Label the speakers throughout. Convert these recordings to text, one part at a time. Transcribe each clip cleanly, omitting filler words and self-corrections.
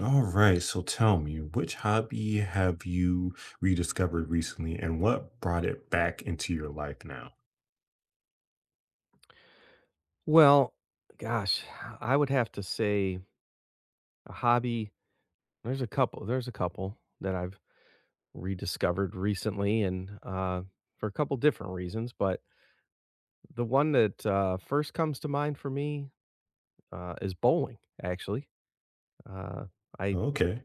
Speaker 1: All right, so tell me, which hobby have you rediscovered recently and what brought it back into your life now?
Speaker 2: Well, gosh, I would have to say a hobby. There's a couple. There's a couple that I've rediscovered recently, and for a couple different reasons. But the one that first comes to mind for me is bowling. Actually, uh, I
Speaker 1: Okay.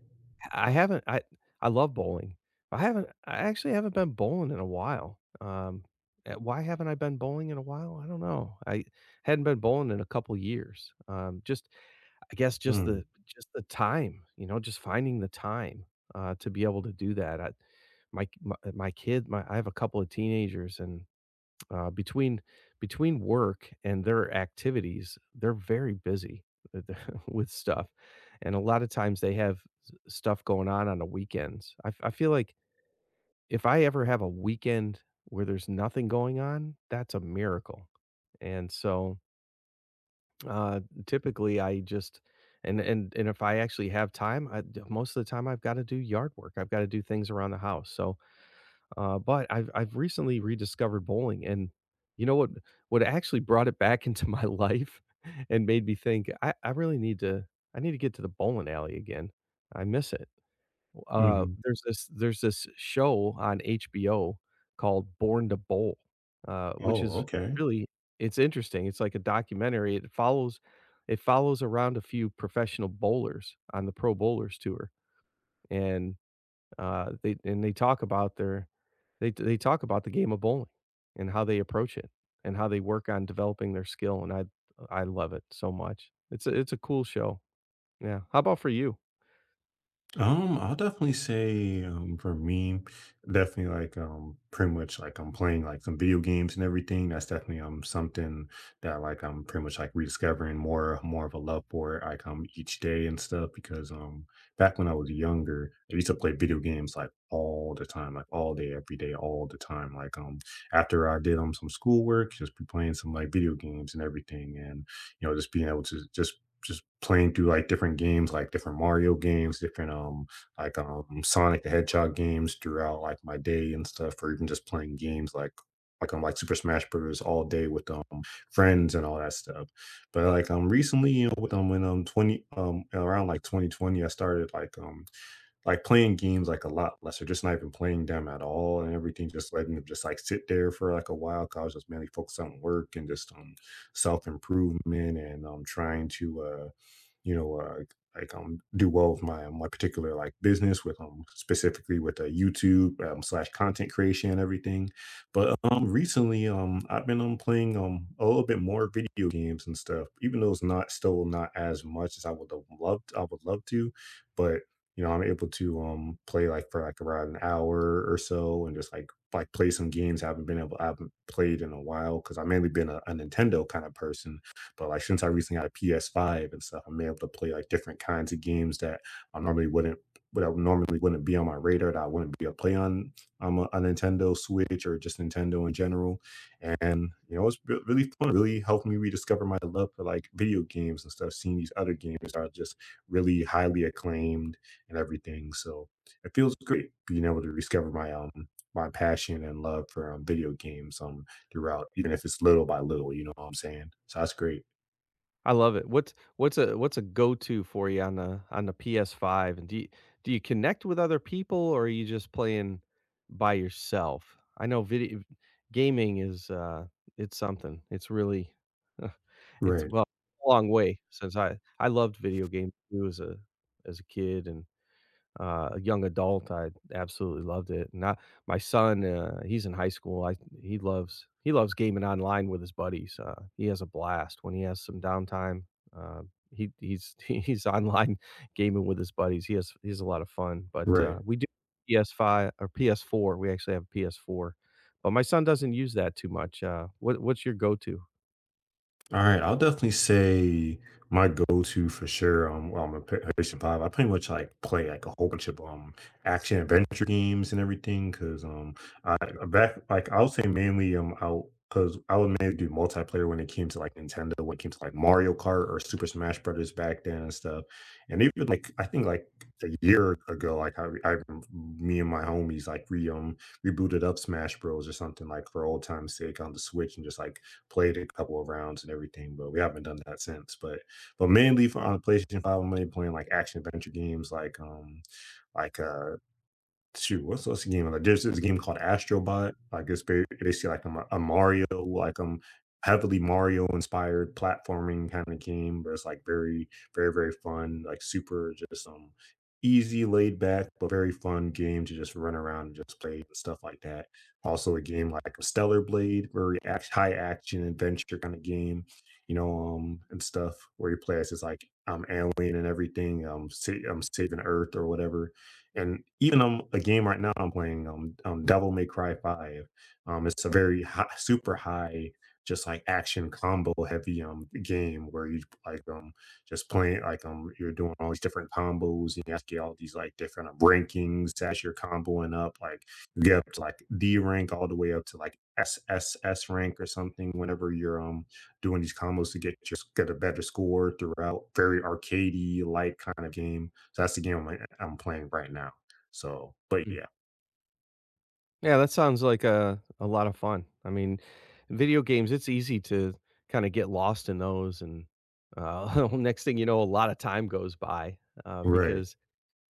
Speaker 2: I haven't I I love bowling. I actually haven't been bowling in a while. Why haven't I been bowling in a while? I don't know. I hadn't been bowling in a couple years. Just I guess just
Speaker 1: Mm,
Speaker 2: the just the time, you know, just finding the time, to be able to do that. I my my my kid my I have a couple of teenagers, and uh, between between work and their activities, they're very busy with with stuff, and a lot of times they have s stuff going on the weekends. I feel like if I ever have a weekend where there's nothing going on, that's a miracle, and so typically, I just and if I actually have time, most of the time I've got to do yard work. I've got to do things around the house. So, but I've recently rediscovered bowling, and you know what? What actually brought it back into my life and made me think I really need to I need to get to the bowling alley again. I miss it. Uh,
Speaker 1: mhm.
Speaker 2: there's this there's this show on HBO called Born to Bowl, which
Speaker 1: Oh,
Speaker 2: is
Speaker 1: okay.
Speaker 2: really it's interesting. It's like a documentary. It follows around a few professional bowlers on the Pro Bowlers Tour, and, they talk about their they talk about the game of bowling and how they approach it and how they work on developing their skill, and I love it so much. It's a cool show. Yeah. How about for you?
Speaker 1: I'll definitely say, for me, definitely like pretty much like I'm playing like some video games and everything. That's definitely something that like I'm pretty much like rediscovering more of a love for it like each day and stuff because back when I was younger, I used to play video games like all the time, like all day, every day, all the time. Like after I did some schoolwork, just be playing some like video games and everything and you know just being able to just playing through like different games, like different Mario games, different like Sonic the Hedgehog games throughout like my day and stuff, or even just playing games like Super Smash Bros. All day with friends and all that stuff. But like recently, you know, with when 20 around like 2020, I started like playing games like a lot less or just not even playing them at all and everything just letting them just like sit there for like a while 'cause I was just mainly focused on work and just self-improvement and trying to you know like do well with my particular like business with specifically with YouTube, slash content creation and everything. But recently I've been playing a little bit more video games and stuff, even though it's not still not as much as I would have loved I would love to. But you know, I'm able to play like for like around an hour or so and just like play some games I haven't been able I haven't played in a while because I've mainly been a Nintendo kind of person. But like since I recently got a PS5 and stuff, I'm able to play like different kinds of games that I normally wouldn't would I normally wouldn't be on my radar that I wouldn't be able to play on a Nintendo Switch or just Nintendo in general. And you know, it's re- really fun, really helped me rediscover my love for like video games and stuff, seeing these other games that are just really highly acclaimed and everything. So it feels great being able to discover my my passion and love for video games throughout, even if it's little by little. You know what I'm saying? So that's great.
Speaker 2: I love it. What's a go-to for you on the PS5? And do you connect with other people, or are you just playing by yourself? I know video gaming is it's something. It's really it's
Speaker 1: Right,
Speaker 2: well a long way since I loved video games too as a kid, and a young adult, I absolutely loved it, and I my son, he's in high school, I he loves gaming online with his buddies, he has a blast when he has some downtime, he he's he's online gaming with his buddies, he has a lot of fun, but,
Speaker 1: right.
Speaker 2: we do PS5 or PS4, we actually have a PS4, but my son doesn't use that too much. What's your go-to?
Speaker 1: All right, I'll definitely say my go-to for sure. Well, I'm a PlayStation Five. I pretty much like play like a whole bunch of action adventure games and everything. Cause I back like I would say mainly I'll because I would mainly do multiplayer when it came to like Nintendo, when it came to like Mario Kart or Super Smash Brothers back then and stuff. And even like I think like a year ago, like I me and my homies like re rebooted up Smash Bros or something like for old time's sake on the Switch and just like played a couple of rounds and everything, but we haven't done that since. But mainly for on the PlayStation 5, I'm mainly playing like action adventure games like shoot, what's the game? Like, there's this game called Astrobot. Like, it's ba- basically like a, Ma- a Mario, like heavily Mario inspired platforming kind of game, but it's like very, very, very fun. Like, super just easy, laid back, but very fun game to just run around and just play and stuff like that. Also, a game like Stellar Blade, very act- high action adventure kind of game. You know, and stuff where you play as this like alien and everything, sa- saving Earth or whatever. And even a game right now I'm playing, Devil May Cry 5. It's a very high, super high, just like action combo heavy game where you like just playing like you're doing all these different combos and you have to get all these like different rankings as you're comboing up. Like you get up to like D rank all the way up to like SSS rank or something whenever you're doing these combos to get your get a better score throughout. Very arcadey like kind of game. So that's the game I'm playing right now. So, but yeah,
Speaker 2: Yeah, that sounds like a lot of fun. I mean, video games, it's easy to kind of get lost in those, and next thing you know, a lot of time goes by uh
Speaker 1: right,
Speaker 2: because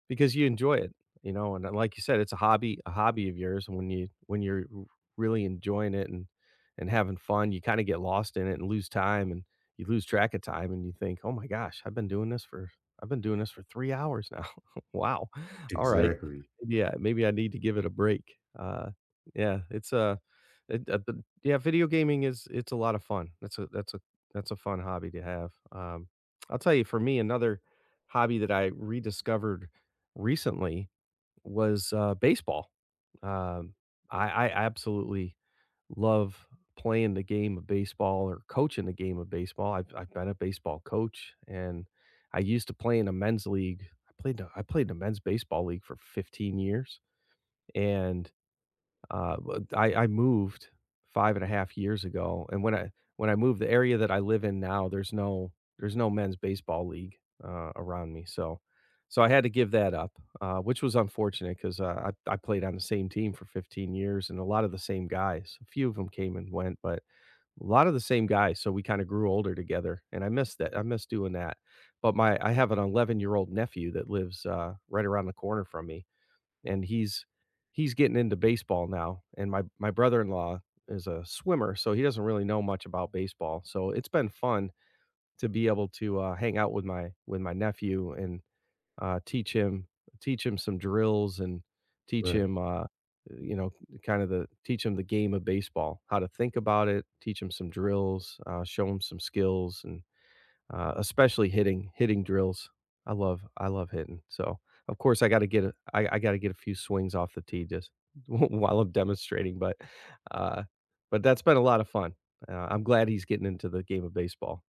Speaker 2: because you enjoy it, you know, and like you said, it's a hobby of yours, and when you're r really enjoying it and having fun, you kinda get lost in it and lose time, and you lose track of time, and you think, "Oh my gosh, I've been doing this for I've been doing this for 3 hours now. Wow. Alright.
Speaker 1: exactly,
Speaker 2: Yeah, maybe I need to give it a break." Yeah, it's, a yeah, video gaming is it's a lot of fun. That's a fun hobby to have. I'll tell you, for me, another hobby that I rediscovered recently was, baseball. Um, I absolutely love playing the game of baseball or coaching the game of baseball. I've been a baseball coach, and I used to play in a men's league. I played in a men's baseball league for 15 years, and but I moved 5 and a half years ago, and when I moved, the area that I live in now, there's no men's baseball league, around me, so so I had to give that up, which was unfortunate 'cause, I played on the same team for 15 years and a lot of the same guys. A few of them came and went, but a lot of the same guys, so we kinda grew older together, and I miss doing that. But my I have an 11 year-old nephew that lives, right around the corner from me, and he's getting into baseball now, and my brother-in-law is a swimmer, so he doesn't really know much about baseball, so it's been fun to be able to, hang out with my nephew, and uh, teach him teach him some drills, and teach
Speaker 1: right.
Speaker 2: him, you know, kind of the teach him the game of baseball, how to think about it, teach him some drills, show him some skills, and especially hitting drills. I love hitting. So of course I got to get a few swings off the tee just while I'm demonstrating. Uh, but that's been a lot of fun. I'm glad he's getting into the game of baseball.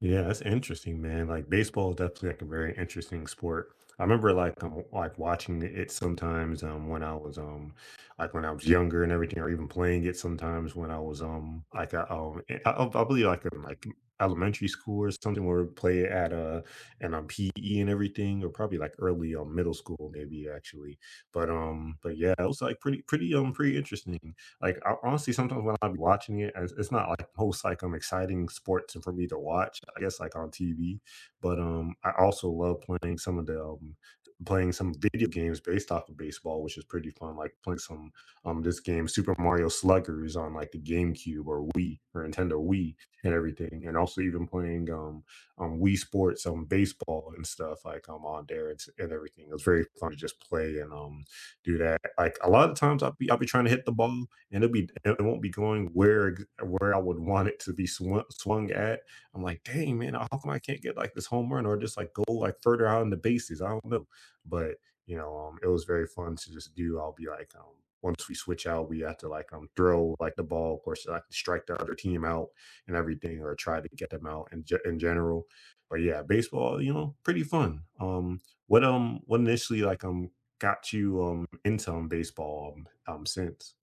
Speaker 1: Yeah, that's interesting, man. Like baseball is definitely like a very interesting sport. I remember like watching it sometimes when I was like when I was younger and everything, or even playing it sometimes when I was like I eh, I believe like in like elementary school or something where we play it at and PE and everything, or probably like early middle school maybe actually. But yeah, it was like pretty pretty interesting. Like, I honestly, sometimes when I am watching it, it's not like most like exciting sports for me to watch, I guess like on TV. But I also love playing some of the playing some video games based off of baseball, which is pretty fun. Like playing some this game Super Mario Sluggers on like the GameCube or Wii or Nintendo Wii and everything, and also even playing Wii Sports baseball and stuff like on there and, s- and everything. It was very fun to just play and do that. Like a lot of times I'll be trying to hit the ball and it'll be it won't be going where ex- where I would want it to be swung, swung at. I'm like, dang man, how come I can't get like this home run or just like go like further out in the bases? I don't know, but you know, it was very fun to just do. I'll be like, once we switch out, we have to like throw like the ball, of course, like strike the other team out and everything, or try to get them out in ge- in general. But yeah, baseball, you know, pretty fun. What initially like got you into baseball since?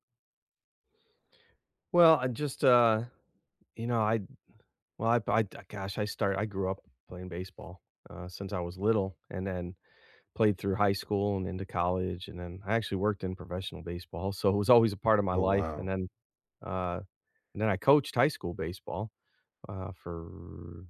Speaker 2: Well, I just You know, I well I gosh I start I grew up playing baseball since I was little, and then played through high school and into college, and then I actually worked in professional baseball, so it was always a part of my
Speaker 1: Oh,
Speaker 2: life.
Speaker 1: wow.
Speaker 2: Uh, And then I coached high school baseball, for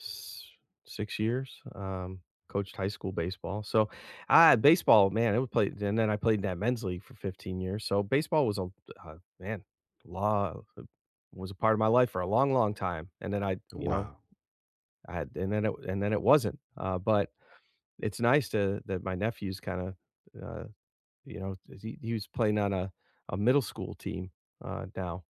Speaker 2: s 6 years, coached high school baseball. So, I baseball, man, it was played, and then I played in that men's league for 15 years. So baseball was a man, law was a part of my life for a long, long time. And then I, you know,
Speaker 1: Wow.
Speaker 2: I had and then it wasn't. But it's nice to that my nephew's kinda, uh, you know, he was playing on a middle school team, now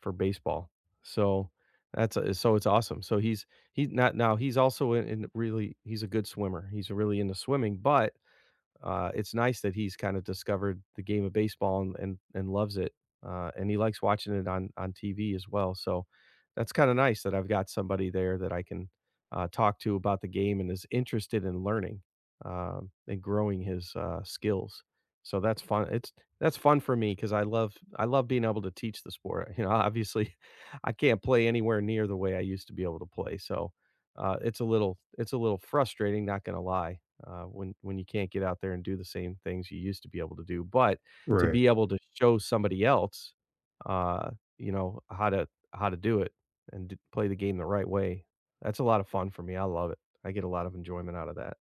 Speaker 2: for baseball. So that's a, so it's awesome. So he's not now he's also in really he's a good swimmer. He's really into swimming, but it's nice that he's kind of discovered the game of baseball and and loves it, and he likes watching it on TV as well. So that's kind of nice that I've got somebody there that I can talk to about the game and is interested in learning, and growing his skills. So that's fun. It's that's fun for me because I love being able to teach the sport. You know, obviously, I can't play anywhere near the way I used to be able to play. So it's a little frustrating, not going to lie when you can't get out there and do the same things you used to be able to do. But to
Speaker 1: Right.
Speaker 2: be able to show somebody else, uh, you know, how to do it, and play the game the right way, that's a lot of fun for me. I love it. I get a lot of enjoyment out of that.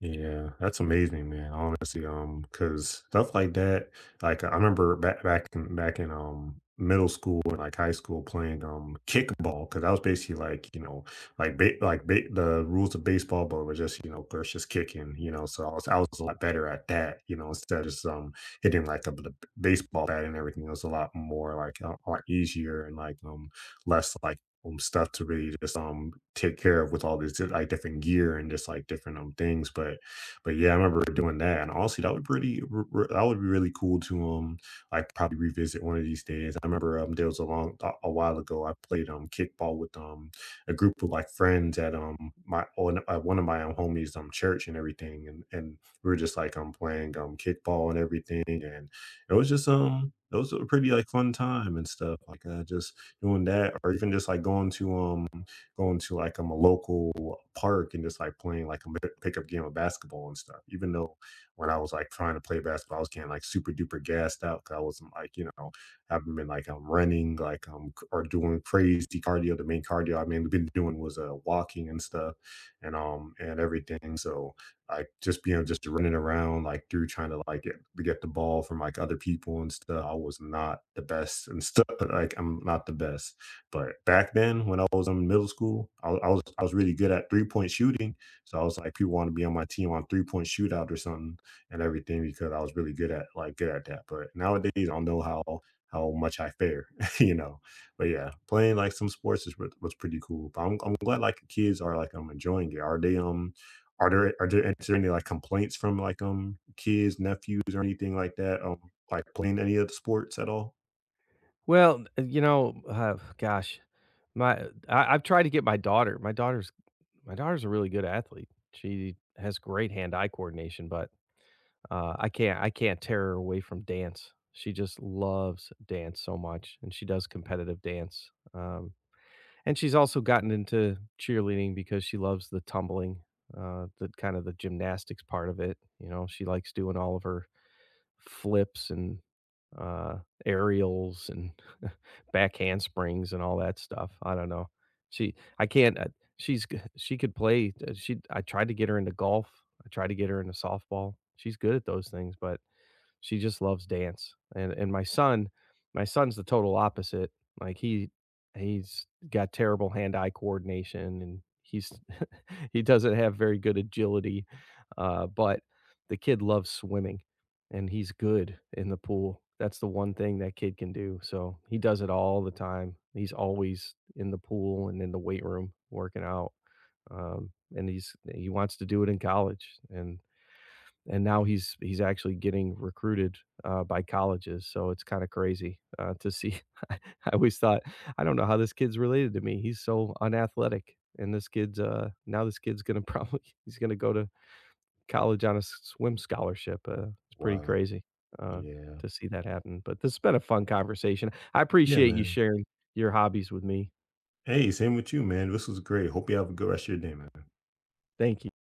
Speaker 1: Yeah, that's amazing, man, honestly, because stuff like that, like, I remember back in middle school and, like, high school playing, kickball because I was basically like, you know, like, ba the rules of baseball, but we're just, you know, there's just kicking, you know, so I was a lot better at that, you know, instead of just, hitting, like, a b b baseball bat and everything, it was a lot more, like, a lot easier and, like, less, like stuff to really just take care of with all this like different gear and just like different things. But yeah I remember doing that and honestly that would pretty r- r- that would be really cool to like probably revisit one of these days. I remember there was a long a while ago I played kickball with a group of like friends at my on one of my homies church and everything, and we were just like playing kickball and everything, and it was just it was a pretty like fun time and stuff like I just doing that, or even just like going to going to like a local park and just like playing like a bi- pickup game of basketball and stuff. Even though when I was like trying to play basketball, I was getting like super duper gassed out because I wasn't like you know haven't been like I'm running like c- or doing crazy cardio. The main cardio I mean been doing was walking and stuff and everything. So like just you know just running around like through trying to like get, to get the ball from like other people and stuff I was not the best and stuff but like I'm not the best but back then when I was in middle school I, wa- I was really good at three-point shooting, so I was like people want to be on my team on three-point shootout or something and everything because I was really good at like good at that. But nowadays I don't know how much I fare you know. But yeah playing like some sports is, was pretty cool. But I'm glad like the kids are like I'm enjoying it are they are there is there any, like, complaints from, like, kids, nephews, or anything like that, like, playing any of the sports at all?
Speaker 2: Well, you know, gosh, I've tried to get my daughter. My daughter's a really good athlete. She has great hand-eye coordination, but I can't tear her away from dance. She just loves dance so much, and she does competitive dance. And she's also gotten into cheerleading because she loves the tumbling, the kind of the gymnastics part of it. You know, she likes doing all of her flips, and uh, aerials, and back handsprings, and all that stuff. I don't know. She I can't. She could play. She I tried to get her into golf. I tried to get her into softball. She's good at those things, but she just loves dance. And my son my son's the total opposite. Like, he he's got terrible hand-eye coordination, and he's he doesn't have very good agility, but the kid loves swimming, and he's good in the pool. That's the one thing that kid can do, so he does it all the time. He's always in the pool and in the weight room working out, and he wants to do it in college, and and now he's actually getting recruited by colleges. So it's kind of crazy to see. I always thought, I don't know how this kid's related to me. He's so unathletic, and this kid's gonna probably he's gonna go to college on a swim scholarship. It's pretty
Speaker 1: Wow.
Speaker 2: crazy uh,
Speaker 1: Yeah.
Speaker 2: to see that happen. But this has been a fun conversation. I
Speaker 1: Yeah,
Speaker 2: appreciate you
Speaker 1: man.
Speaker 2: sharing your hobbies with me.
Speaker 1: Hey, same with you, man. This was great. Hope you have a good rest of your day, man.
Speaker 2: Thank you.